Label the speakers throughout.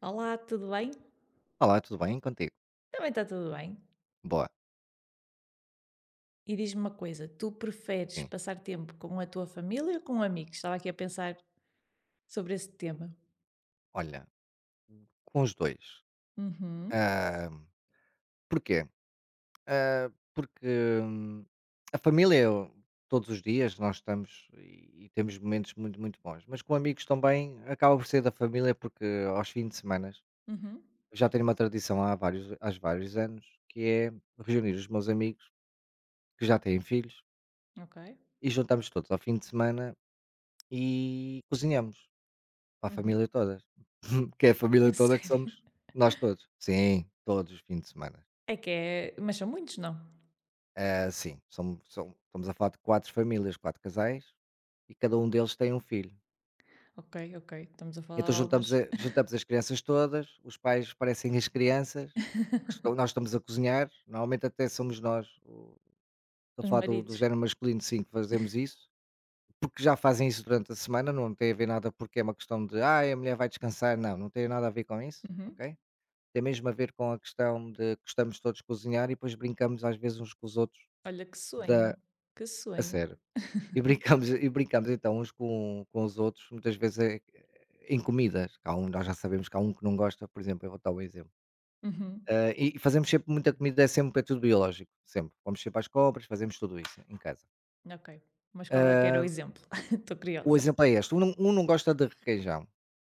Speaker 1: Olá, tudo bem?
Speaker 2: Olá, tudo bem? Contigo?
Speaker 1: Também está tudo bem.
Speaker 2: Boa,
Speaker 1: E diz-me uma coisa, tu preferes
Speaker 2: sim.
Speaker 1: passar tempo com a tua família ou com amigos? Estava aqui a pensar sobre esse tema.
Speaker 2: Olha, com os dois.
Speaker 1: Uhum,
Speaker 2: Ah, porquê? Ah, porque hum, a família, todos os dias nós estamos e temos momentos muito, muito bons. Mas com amigos também acaba por ser da família, porque aos fins de semana
Speaker 1: uhum,
Speaker 2: já tenho uma tradição há vários anos, que é reunir os meus amigos que já têm filhos
Speaker 1: ok.
Speaker 2: e juntamos todos ao fim de semana e cozinhamos. Para a
Speaker 1: Uhum.
Speaker 2: família toda. Que é a
Speaker 1: É
Speaker 2: família toda que
Speaker 1: sério?
Speaker 2: somos nós todos. Sim, todos os fins de semana.
Speaker 1: É que é... Mas são muitos, não?
Speaker 2: Ah, sim, somos, estamos a falar de quatro famílias, quatro casais, e cada um deles tem um filho.
Speaker 1: Ok, ok. Estamos a falar
Speaker 2: Então
Speaker 1: de
Speaker 2: juntamos,
Speaker 1: algumas...
Speaker 2: juntamos as crianças todas, os pais parecem as crianças, nós estamos a cozinhar, normalmente até somos nós, estou a
Speaker 1: Os
Speaker 2: falar do, do
Speaker 1: maridos.
Speaker 2: género masculino, sim, que fazemos isso, porque já fazem isso durante a semana, não tem a ver nada porque é uma questão de, ah, a mulher vai descansar, não, não tem nada a ver com isso,
Speaker 1: Uhum.
Speaker 2: ok? Tem mesmo a ver com a questão de gostamos todos de cozinhar e depois brincamos às vezes uns com os outros
Speaker 1: Olha, que sonho.
Speaker 2: da
Speaker 1: Que
Speaker 2: a
Speaker 1: sonho.
Speaker 2: sério. E brincamos então uns com os outros, muitas vezes é em comidas, há um nós já sabemos que há um que não gosta, por exemplo, eu vou dar um exemplo.
Speaker 1: Uhum.
Speaker 2: Ah, e fazemos sempre muita comida, é sempre é tudo biológico, sempre. Vamos sempre às compras, fazemos tudo isso em casa.
Speaker 1: Ok. Mas qual é que era o exemplo? Estou
Speaker 2: O
Speaker 1: curiosa.
Speaker 2: exemplo é este, um não gosta de requeijão,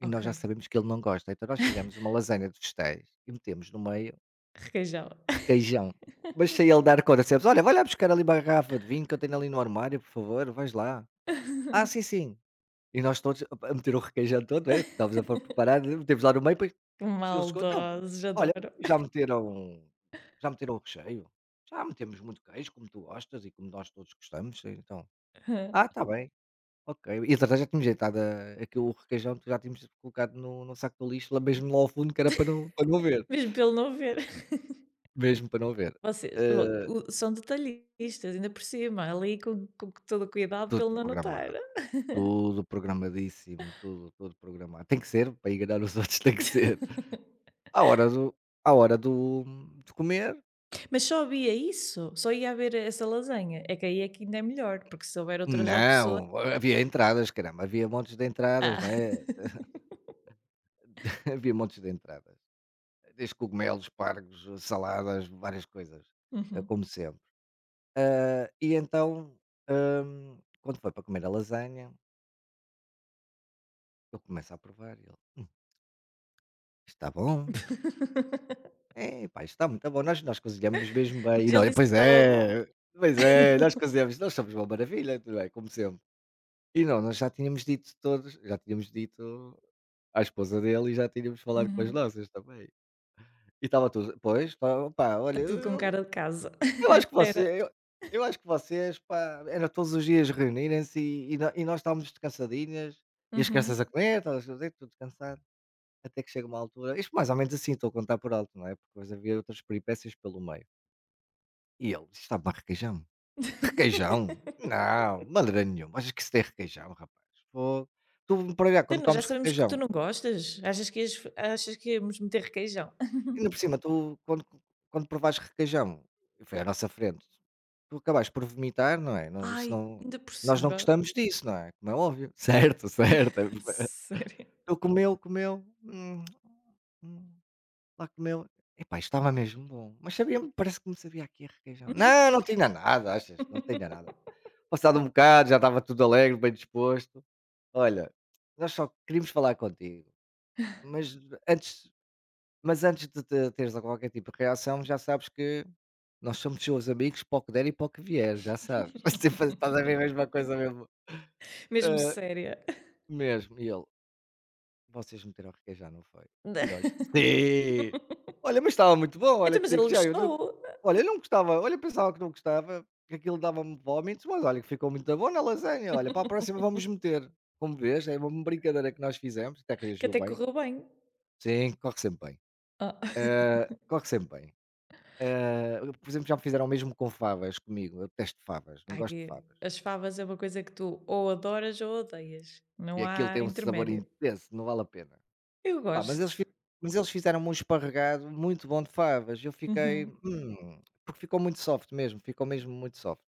Speaker 2: e
Speaker 1: Ok.
Speaker 2: nós já sabemos que ele não gosta, então nós fizemos uma lasanha de vegetais e metemos no meio
Speaker 1: Requeijão.
Speaker 2: requeijão. Mas sem ele dar conta, sempre: "Olha, vai lá buscar ali uma garrafa de vinho que eu tenho ali no armário, por favor, vais lá". "Ah, sim, sim". E nós todos a meter o requeijão todo, né, estávamos a pôr preparado, metemos lá no meio, depois
Speaker 1: Que
Speaker 2: ele chegou: "Então,
Speaker 1: maldosos,
Speaker 2: olha,
Speaker 1: adoro.
Speaker 2: já meteram já meteram o recheio? Já metemos muito queijo, como tu gostas e como nós todos gostamos, sim, então". "Ah, está bem, ok". E entretanto já tínhamos deitado a aquilo o requeijão, já tínhamos colocado no saco do lixo, lá mesmo lá ao fundo, que era para não ver,
Speaker 1: Mesmo pelo não ver.
Speaker 2: mesmo para não ver.
Speaker 1: Vocês
Speaker 2: Hã,
Speaker 1: o são detalhistas, ainda por cima, ali com todo o cuidado
Speaker 2: tudo
Speaker 1: pelo não notar.
Speaker 2: programado. Tudo programadíssimo, tudo, tudo programado. Tem que ser, para enganar os outros tem que ser. À hora do à hora do de comer,
Speaker 1: Mas só havia isso? Só ia haver essa lasanha? É que aí é que ainda é melhor, porque se houver outras opções
Speaker 2: não, havia entradas, caramba, havia montes de entradas,
Speaker 1: ah.
Speaker 2: não é? Havia montes de entradas. Desde cogumelos, pargos, saladas, várias coisas,
Speaker 1: Uhum.
Speaker 2: como sempre. Ah, e então, quando foi para comer a lasanha, eu começo a provar e ele: está bom". É pá, isto está muito bom, nós cozinhamos mesmo bem,
Speaker 1: Mas
Speaker 2: e
Speaker 1: ele
Speaker 2: nós
Speaker 1: disse que estava bom.
Speaker 2: pois é, nós cozinhamos, nós somos uma maravilha, tudo bem. Como sempre. E não, nós já tínhamos dito todos, já tínhamos dito à esposa dele e já tínhamos falado com as
Speaker 1: Uhum.
Speaker 2: nossas também. E estava tudo, pois, pá, pá, olha,
Speaker 1: Está tudo com cara de casa,
Speaker 2: eu
Speaker 1: à
Speaker 2: acho que
Speaker 1: espera.
Speaker 2: você eu acho que vocês, pá, era todos os dias reunirem-se e nó e nós estávamos descansadinhas, e as
Speaker 1: Uhum.
Speaker 2: crianças a comer, estávamos tudo cansado, até que chega uma altura isto mais ou menos assim, estou a contar por alto, não é, porque depois havia outras peripécias pelo meio. E ele: "Sabe a requeijão?" "Requeijão? Não, de maneira nenhuma. Achas que isso tem requeijão, rapaz? Fogo. Tu, para já,
Speaker 1: Tu
Speaker 2: quando
Speaker 1: não já
Speaker 2: comes
Speaker 1: sabemos que tu
Speaker 2: requeijão
Speaker 1: não gostas. Achas que ias achas que íamos meter requeijão?
Speaker 2: ainda por cima, tu quando provas requeijão" e foi à nossa frente "tu acabaste por vomitar, não é? Não
Speaker 1: Ai,
Speaker 2: isso não
Speaker 1: ainda por
Speaker 2: nós não
Speaker 1: cima.
Speaker 2: gostamos disso, não é? Como é óbvio." "Certo, certo."
Speaker 1: Sério?
Speaker 2: Ele comeu, comeu, hum, lá comeu. "Epá, isto estava mesmo bom, mas sabia parece que me sabia aqui a requeijão." "Não, não tinha nada. Achas? Não tinha nada." Passado um bocado, já estava tudo alegre, bem disposto. Olha, nós só queríamos falar contigo, mas antes, teres qualquer tipo de reação, já sabes que nós somos seus amigos para o que der e para o que vier, já sabes. Sempre estás a ver a mesma coisa mesmo.
Speaker 1: Mesmo
Speaker 2: Ah,
Speaker 1: séria.
Speaker 2: mesmo. E ele, vocês meteram requeijão, não foi? E nós: "Sim!" Olha, mas estava muito bom, olha
Speaker 1: Então,
Speaker 2: que
Speaker 1: mas
Speaker 2: digo
Speaker 1: ele
Speaker 2: já, eu nunca
Speaker 1: gostou.
Speaker 2: olha, eu não gostava, olha, eu pensava que não gostava, que aquilo dava-me vómitos, mas olha que ficou muito bom na lasanha, olha, para a próxima vamos meter. Como vês, é uma brincadeira que nós fizemos, até
Speaker 1: Que
Speaker 2: reagiu
Speaker 1: até
Speaker 2: bem.
Speaker 1: correu bem.
Speaker 2: Sim, corre sempre bem.
Speaker 1: Ah.
Speaker 2: Corre sempre bem. Por exemplo, já me fizeram o mesmo com favas comigo, eu detesto favas, não
Speaker 1: Ai,
Speaker 2: gosto
Speaker 1: que
Speaker 2: de favas.
Speaker 1: as favas é uma coisa que tu ou adoras ou odeias.
Speaker 2: E
Speaker 1: Não
Speaker 2: aquilo
Speaker 1: há
Speaker 2: tem um sabor
Speaker 1: intermédio.
Speaker 2: intenso, não vale a pena.
Speaker 1: Eu
Speaker 2: Pá,
Speaker 1: gosto.
Speaker 2: mas eles fizeram-me um esparregado muito bom de favas, eu fiquei:
Speaker 1: Uhum.
Speaker 2: Porque ficou muito soft mesmo, ficou mesmo muito soft.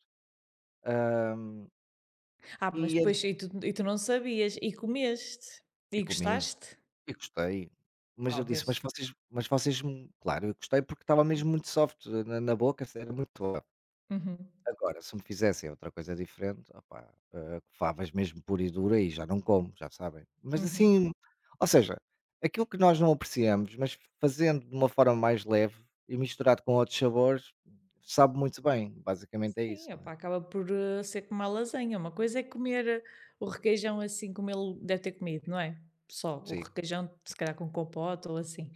Speaker 1: Ah,
Speaker 2: e
Speaker 1: mas
Speaker 2: ent
Speaker 1: depois e tu não sabias e comeste
Speaker 2: e
Speaker 1: e
Speaker 2: comi,
Speaker 1: gostaste?
Speaker 2: e gostei, mas eu disse:
Speaker 1: Talvez.
Speaker 2: mas vocês" me-" claro, eu gostei porque estava mesmo muito soft na boca, era muito boa.
Speaker 1: Uhum,
Speaker 2: Agora, se me fizessem outra coisa diferente, opá, favas mesmo pura e dura e já não como, já sabem. Mas
Speaker 1: uhum.
Speaker 2: assim, ou seja, aquilo que nós não apreciamos, mas fazendo de uma forma mais leve e misturado com outros sabores, sabe muito bem. Basicamente é isso,
Speaker 1: Sim,
Speaker 2: não
Speaker 1: opá,
Speaker 2: é?
Speaker 1: acaba por, eh, ser como a lasanha, uma coisa é comer eh, o requeijão assim como ele deve ter comido, não é? Só o
Speaker 2: Sim,
Speaker 1: requeijão, se calhar com compota ou assim.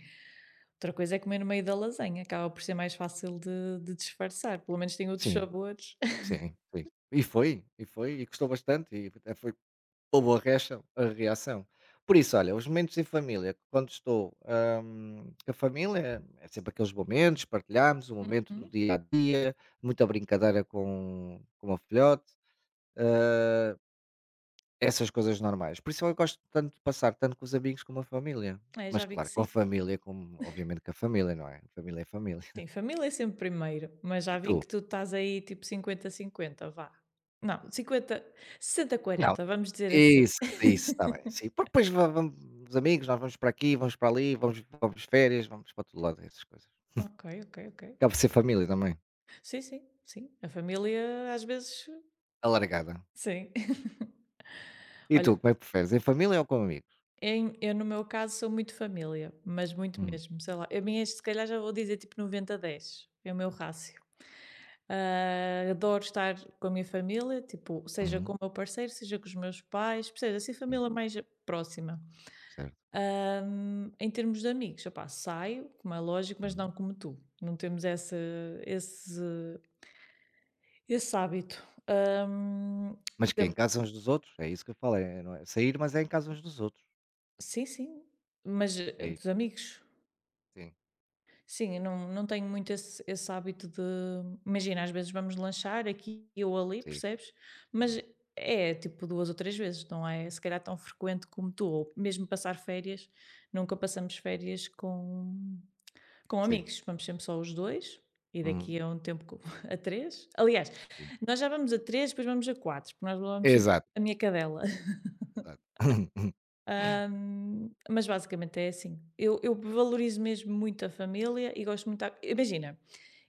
Speaker 1: Outra coisa é comer no meio da lasanha, acaba por ser mais fácil de disfarçar, pelo menos tem outros
Speaker 2: sim,
Speaker 1: sabores.
Speaker 2: sim, sim. E foi, e foi, e custou bastante, e até foi houve a reação a reação. Por isso, olha, os momentos em família, quando estou, com a família, é sempre aqueles momentos, partilhamos o momento do
Speaker 1: Hum,
Speaker 2: dia a dia, muita brincadeira com a filhote, eh, essas coisas normais. Por isso eu gosto tanto de passar tanto com os amigos como a família.
Speaker 1: é,
Speaker 2: Mas
Speaker 1: já vi que
Speaker 2: claro, com
Speaker 1: sim.
Speaker 2: a família, como obviamente com a família, não é? Família é família.
Speaker 1: Sim, família é sempre primeiro, mas
Speaker 2: E
Speaker 1: já vi
Speaker 2: tu?
Speaker 1: que tu estás aí tipo 50-50, vá. Não, cinquenta sessenta
Speaker 2: Não.
Speaker 1: quarenta, vamos dizer assim.
Speaker 2: Isso, isso, está bem, sim. Porque depois va vamos os amigos, nós vamos para aqui, vamos para ali, vamos de férias, vamos para todo lado, essas coisas.
Speaker 1: Ok, ok, ok.
Speaker 2: Acaba por ser família também.
Speaker 1: Sim, sim, sim. A família às vezes,
Speaker 2: Alargada.
Speaker 1: sim.
Speaker 2: E
Speaker 1: Olha,
Speaker 2: tu, como é que preferes? Em família ou com amigos?
Speaker 1: eu no meu caso sou muito família, mas muito
Speaker 2: Hum,
Speaker 1: mesmo, sei lá. A minha, se calhar já vou dizer tipo 90 dez. É o meu rácio. Ah, adoro estar com a minha família, tipo, seja com
Speaker 2: uhum,
Speaker 1: o meu parceiro, seja com os meus pais, seja assim,
Speaker 2: sim,
Speaker 1: família mais próxima.
Speaker 2: certo.
Speaker 1: Em termos de amigos, opá, saio, como é lógico, mas não
Speaker 2: Uhum.
Speaker 1: como tu. Não temos esse, esse hábito. Hum, por
Speaker 2: Mas que é em
Speaker 1: exemplo,
Speaker 2: casa uns dos outros? É isso que eu falo, é não é sair, mas é em casa uns dos outros.
Speaker 1: sim, sim, mas
Speaker 2: É
Speaker 1: dos
Speaker 2: isso.
Speaker 1: amigos.
Speaker 2: Sim,
Speaker 1: Sim, eu não, não tenho muito esse hábito de. Imagina, às vezes vamos lanchar aqui ou ali,
Speaker 2: sim,
Speaker 1: percebes? Mas
Speaker 2: uhum,
Speaker 1: é tipo duas ou três vezes, não é? Se calhar tão frequente como tu, ou mesmo passar férias, nunca passamos férias com
Speaker 2: sim,
Speaker 1: amigos, vamos sempre só os 2 e
Speaker 2: uhum,
Speaker 1: daqui a um tempo co a três. Aliás,
Speaker 2: sim.
Speaker 1: nós já vamos a 3 depois vamos a 4 porque nós levamos sempre
Speaker 2: Exato,
Speaker 1: a minha cadela.
Speaker 2: exato.
Speaker 1: Mas basicamente é assim. Eu valorizo mesmo muito a família e gosto muito a imagina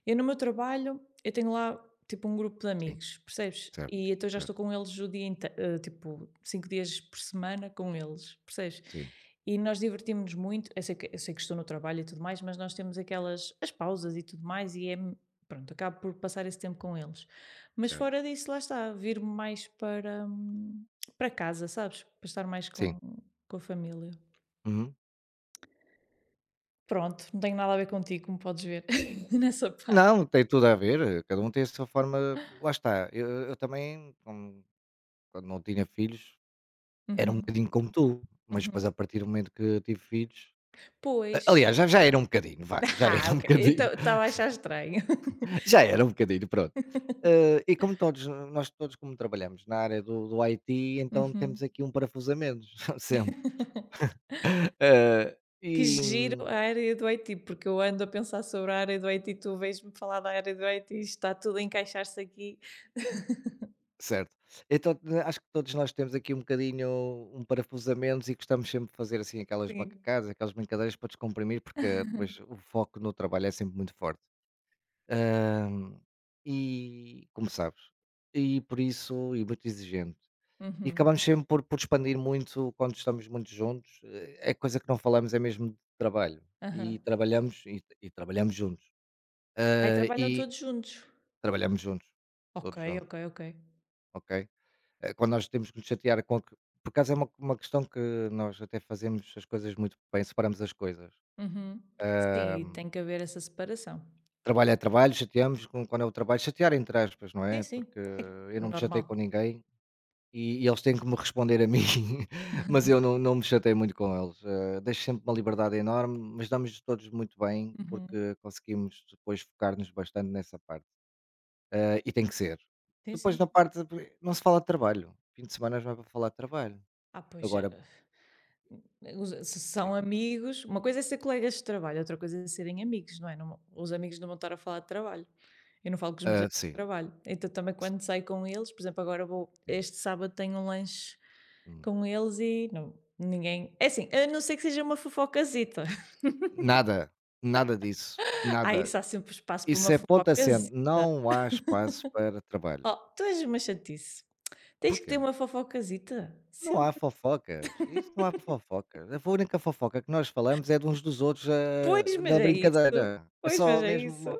Speaker 1: eu no meu trabalho, eu tenho lá tipo um grupo de
Speaker 2: Sim,
Speaker 1: amigos, percebes?
Speaker 2: certo,
Speaker 1: E então já estou
Speaker 2: certo,
Speaker 1: com eles o dia inteiro, tipo, 5 dias por semana com eles, percebes?
Speaker 2: sim,
Speaker 1: E nós divertimos-nos muito. Eu sei que estou no trabalho e tudo mais, mas nós temos aquelas as pausas e tudo mais, e é pronto, acabo por passar esse tempo com eles. Mas
Speaker 2: certo,
Speaker 1: fora disso, lá está, vir mais para casa, sabes? Para estar mais
Speaker 2: sim.
Speaker 1: com a família.
Speaker 2: Uhum.
Speaker 1: Pronto, não tenho nada a ver contigo, como podes ver, nessa parte.
Speaker 2: Não, tem tudo a ver, cada um tem a sua forma lá está. Eu também, como quando não tinha filhos, era um
Speaker 1: Uhum,
Speaker 2: bocadinho como tu, mas
Speaker 1: uhum.
Speaker 2: depois a partir do momento que tive filhos
Speaker 1: Pois,
Speaker 2: aliás, já era um bocadinho, vá, já
Speaker 1: ah,
Speaker 2: era um
Speaker 1: ok.
Speaker 2: bocadinho,
Speaker 1: Então, estava a achar estranho.
Speaker 2: já era um bocadinho, pronto. E como todos nós todos como trabalhamos na área do IT, então
Speaker 1: Uhum.
Speaker 2: temos aqui um parafusamento sempre. Hã,
Speaker 1: Que
Speaker 2: e
Speaker 1: giro a área do IT, porque eu ando a pensar sobre a área do IT, e tu vês-me falar da área do IT, e está tudo a encaixar-se aqui.
Speaker 2: certo. Então, acho que todos nós temos aqui um bocadinho um parafusamento e gostamos sempre de fazer, assim, aquelas
Speaker 1: Sim.
Speaker 2: macacadas, aquelas brincadeiras para descomprimir, porque depois o foco no trabalho é sempre muito forte. Hã, e como sabes, e por isso e muito exigente. E
Speaker 1: Uhum.
Speaker 2: acabamos sempre por expandir muito quando estamos muito juntos, é coisa que não falamos é mesmo de trabalho,
Speaker 1: Aham.
Speaker 2: e trabalhamos juntos,
Speaker 1: Aí trabalham
Speaker 2: e
Speaker 1: todos juntos.
Speaker 2: trabalhamos juntos,
Speaker 1: Ok,
Speaker 2: todos
Speaker 1: ok,
Speaker 2: juntos,
Speaker 1: ok.
Speaker 2: ok? Eh, quando nós temos que nos chatear com que por acaso é uma questão que nós até fazemos as coisas muito bem, separamos as coisas.
Speaker 1: Uhum. Sim,
Speaker 2: Hã,
Speaker 1: e tem que haver essa separação.
Speaker 2: trabalho é trabalho, chateamos com quando é o trabalho chatear entre aspas, não
Speaker 1: Sim,
Speaker 2: é,
Speaker 1: sim,
Speaker 2: porque
Speaker 1: é
Speaker 2: eu não me
Speaker 1: normal.
Speaker 2: chatei com ninguém e eles têm que me responder a mim, mas eu não me chatei muito com eles, deixo sempre uma liberdade enorme, mas damos todos muito bem,
Speaker 1: Uhum.
Speaker 2: porque conseguimos depois focar-nos bastante nessa parte, e tem que ser.
Speaker 1: Sim,
Speaker 2: Depois
Speaker 1: sim.
Speaker 2: na parte de não se fala de trabalho, fim de semana não é para falar de trabalho.
Speaker 1: Ah, pois. Eh,
Speaker 2: Agora
Speaker 1: Os se
Speaker 2: sim,
Speaker 1: são amigos, uma coisa é ser colegas de trabalho, outra coisa é serem amigos, não é? Não, os amigos não vão estar a falar de trabalho. Eu não falo com os meus
Speaker 2: hã,
Speaker 1: amigos de
Speaker 2: sim,
Speaker 1: trabalho. Então também quando saio com eles, por exemplo, agora vou
Speaker 2: sim,
Speaker 1: este sábado tenho um lanche
Speaker 2: hum,
Speaker 1: com eles e não ninguém é assim, a não ser que seja uma fofocazita.
Speaker 2: nada, nada disso,
Speaker 1: Ah,
Speaker 2: nada.
Speaker 1: isso há sempre espaço para uma
Speaker 2: Isso é ponto assente,
Speaker 1: fofocazita.
Speaker 2: não há espaço para trabalho.
Speaker 1: Oh, tu és uma chatice. Tens que
Speaker 2: Porquê?
Speaker 1: ter uma fofocazita,
Speaker 2: Não há
Speaker 1: sempre.
Speaker 2: fofocas, isso não há fofocas. A única fofoca que nós falamos é de uns dos outros,
Speaker 1: Pois, mas
Speaker 2: da
Speaker 1: é isso.
Speaker 2: brincadeira. É
Speaker 1: Pois, mas
Speaker 2: só
Speaker 1: é
Speaker 2: mesmo
Speaker 1: isso.
Speaker 2: uma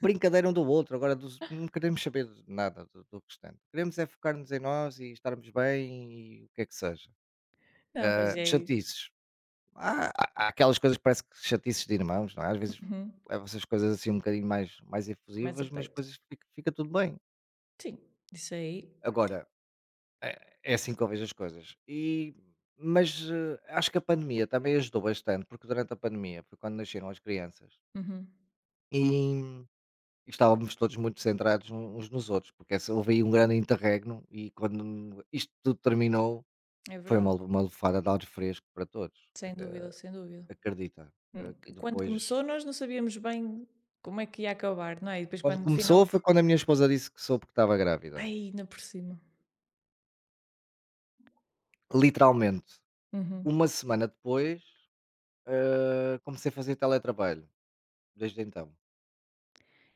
Speaker 2: brincadeira um do outro, agora dos não queremos saber de nada do restante. Queremos é focar-nos em nós e estarmos bem e o que é que seja.
Speaker 1: Não, mas
Speaker 2: Ah,
Speaker 1: é isso.
Speaker 2: chatices. Há aquelas coisas que parece que chatices de irmãos, não é? Às vezes
Speaker 1: Uhum,
Speaker 2: levam essas coisas assim um bocadinho mais
Speaker 1: mais a
Speaker 2: efusivas, mas
Speaker 1: peito.
Speaker 2: depois fica tudo bem.
Speaker 1: Sim, isso aí,
Speaker 2: Agora é é assim que eu vejo as coisas. E, acho que a pandemia também ajudou bastante, porque durante a pandemia foi quando nasceram as crianças
Speaker 1: uhum,
Speaker 2: e, estávamos todos muito centrados uns nos outros, porque essa, houve aí um grande interregno e quando isto tudo terminou
Speaker 1: é
Speaker 2: foi
Speaker 1: verdade,
Speaker 2: uma lufada de ar fresco para todos,
Speaker 1: sem dúvida, sem dúvida.
Speaker 2: acredita. Que
Speaker 1: E quando
Speaker 2: depois,
Speaker 1: começou nós não sabíamos bem como é que ia acabar, não é? E depois
Speaker 2: quando
Speaker 1: quando final,
Speaker 2: começou, foi quando a minha esposa disse que soube que estava grávida.
Speaker 1: ai, ainda por cima.
Speaker 2: Literalmente,
Speaker 1: Uhum.
Speaker 2: uma semana depois, comecei a fazer teletrabalho, desde então.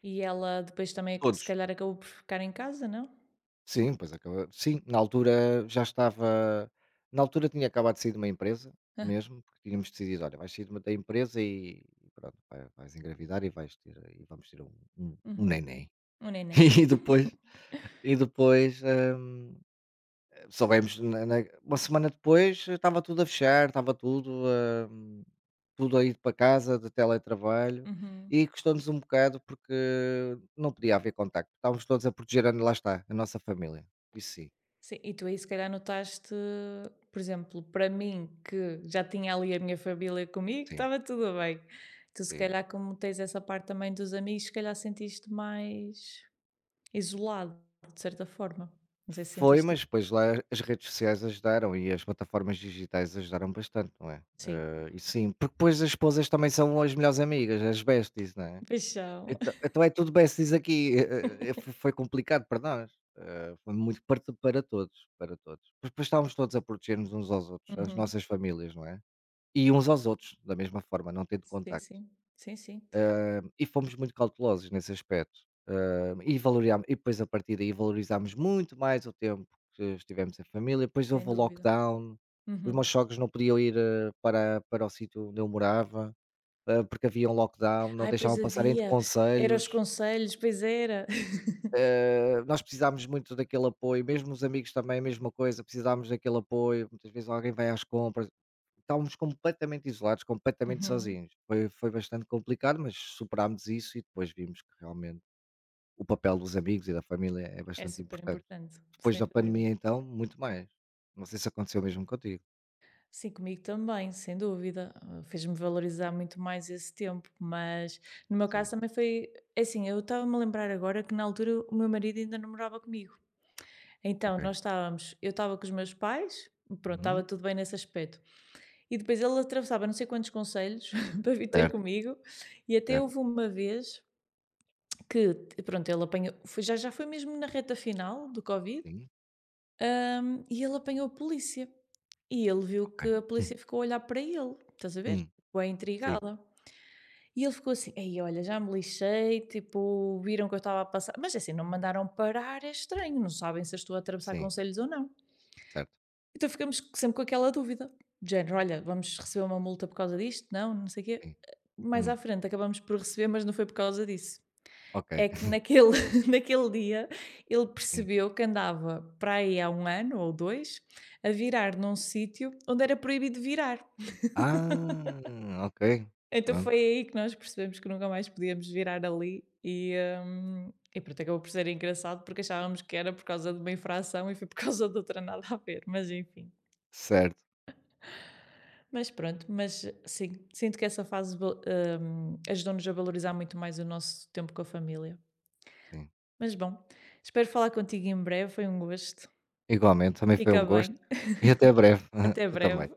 Speaker 1: E ela depois também se
Speaker 2: Todos
Speaker 1: calhar acabou por ficar em casa, não?
Speaker 2: sim, pois acaba sim, na altura já estava na altura tinha acabado de sair de uma empresa
Speaker 1: Ah.
Speaker 2: mesmo, porque tínhamos decidido: "Olha, vais sair de uma da empresa e pronto, vais engravidar e vais ter e vamos ter um um
Speaker 1: Uhum.
Speaker 2: neném".
Speaker 1: O neném.
Speaker 2: E depois e depois, soubemos na uma semana depois estava tudo a fechar, estava tudo, tudo a ir para casa de teletrabalho
Speaker 1: Uhum.
Speaker 2: e custou-nos um bocado porque não podia haver contacto. Estávamos todos a proteger a lá está, a nossa família. Isso sim,
Speaker 1: Sim, e tu aí se calhar notaste, por exemplo, para mim que já tinha ali a minha família comigo,
Speaker 2: sim.
Speaker 1: estava tudo bem. Tu se
Speaker 2: Sim.
Speaker 1: calhar como tens essa parte também dos amigos, se calhar sentiste mais isolado, de certa forma. Não sei se
Speaker 2: Foi,
Speaker 1: sentiste
Speaker 2: mas
Speaker 1: isso.
Speaker 2: depois lá as redes sociais ajudaram e as plataformas digitais ajudaram bastante, não é?
Speaker 1: Sim.
Speaker 2: E sim, porque depois as esposas também são as melhores amigas, as besties, não é?
Speaker 1: Paixão.
Speaker 2: Então, então é tudo besties aqui. Foi complicado para nós. Foi muito para, para todos, para todos. Mas depois estávamos todos a proteger-nos uns aos outros, as
Speaker 1: Uhum.
Speaker 2: nossas famílias, não é? E uns aos outros, da mesma forma, não tendo
Speaker 1: Sim,
Speaker 2: contacto.
Speaker 1: sim. Sim, sim.
Speaker 2: Ah, e fomos muito cautelosos nesse aspecto. Ah, e, e depois, a partir daí, valorizámos muito mais o tempo que estivemos em família. Depois
Speaker 1: Sem
Speaker 2: houve o
Speaker 1: dúvida.
Speaker 2: lockdown, os
Speaker 1: Uhum.
Speaker 2: meus sogros não podiam ir para, para o sítio onde eu morava, ah, porque havia um lockdown, não
Speaker 1: Ai, pois
Speaker 2: deixavam passar entre
Speaker 1: havia. Era os
Speaker 2: conselhos.
Speaker 1: conselhos, pois era.
Speaker 2: Eh, nós precisámos muito daquele apoio, mesmo os amigos também, a mesma coisa, precisámos daquele apoio. Muitas vezes alguém vai às compras, estávamos completamente isolados, completamente
Speaker 1: Uhum.
Speaker 2: sozinhos. Foi bastante complicado, mas superámos isso e depois vimos que realmente o papel dos amigos e da família é
Speaker 1: É
Speaker 2: bastante
Speaker 1: super
Speaker 2: importante.
Speaker 1: importante,
Speaker 2: Depois
Speaker 1: sem
Speaker 2: da
Speaker 1: dúvida.
Speaker 2: pandemia então, muito mais. Não sei se aconteceu mesmo contigo.
Speaker 1: Sim, comigo também, sem dúvida. Ah, fez-me valorizar muito mais esse tempo, mas no meu caso
Speaker 2: Sim,
Speaker 1: também foi é assim. Eu estava-me a lembrar agora que na altura o meu marido ainda namorava comigo. Então,
Speaker 2: ok.
Speaker 1: nós estávamos eu estava com os meus pais, pronto,
Speaker 2: Uhum.
Speaker 1: estava tudo bem nesse aspecto. E depois ele atravessava não sei quantos conselhos para vir ter
Speaker 2: Certo,
Speaker 1: comigo, e até houve
Speaker 2: certo.
Speaker 1: uma vez que pronto, ele apanhou foi já foi mesmo na reta final do COVID,
Speaker 2: Sim,
Speaker 1: e ele apanhou a polícia. E ele viu
Speaker 2: ok.
Speaker 1: que a
Speaker 2: Hum,
Speaker 1: polícia ficou a olhar para ele, estás a ver?
Speaker 2: hum,
Speaker 1: Bué
Speaker 2: sim,
Speaker 1: intrigada. E ele ficou assim: "Ei, olha, já me lixei, tipo, viram que eu estava a passar", mas assim, não me mandaram parar, é estranho, não sabem se eu estou a atravessar
Speaker 2: sim,
Speaker 1: conselhos ou não.
Speaker 2: certo.
Speaker 1: Então ficamos sempre com aquela dúvida, do género, olha, vamos receber uma multa por causa disto? Não, não sei o quê.
Speaker 2: Sim.
Speaker 1: Mais à
Speaker 2: Hum,
Speaker 1: frente acabamos por receber, mas não foi por causa disso.
Speaker 2: ok.
Speaker 1: É que naquele, naquele dia ele
Speaker 2: Sim.
Speaker 1: percebeu que andava para aí há um ano ou dois a virar num sítio onde era proibido virar.
Speaker 2: Ah, ok.
Speaker 1: Então foi
Speaker 2: Pronto.
Speaker 1: aí que nós percebemos que nunca mais podíamos virar ali e pronto, acabou por ser engraçado porque achávamos que era por causa de uma infração e foi por causa de outra nada a ver, mas enfim.
Speaker 2: Certo.
Speaker 1: Mas pronto, mas sim, sinto que essa fase ajudou-nos a valorizar muito mais o nosso tempo com a família.
Speaker 2: Sim.
Speaker 1: Mas bom, espero falar contigo em breve, foi um gosto.
Speaker 2: Igualmente, também foi
Speaker 1: Fica
Speaker 2: um gosto.
Speaker 1: bem,
Speaker 2: E até breve.
Speaker 1: até
Speaker 2: Tu também.
Speaker 1: breve.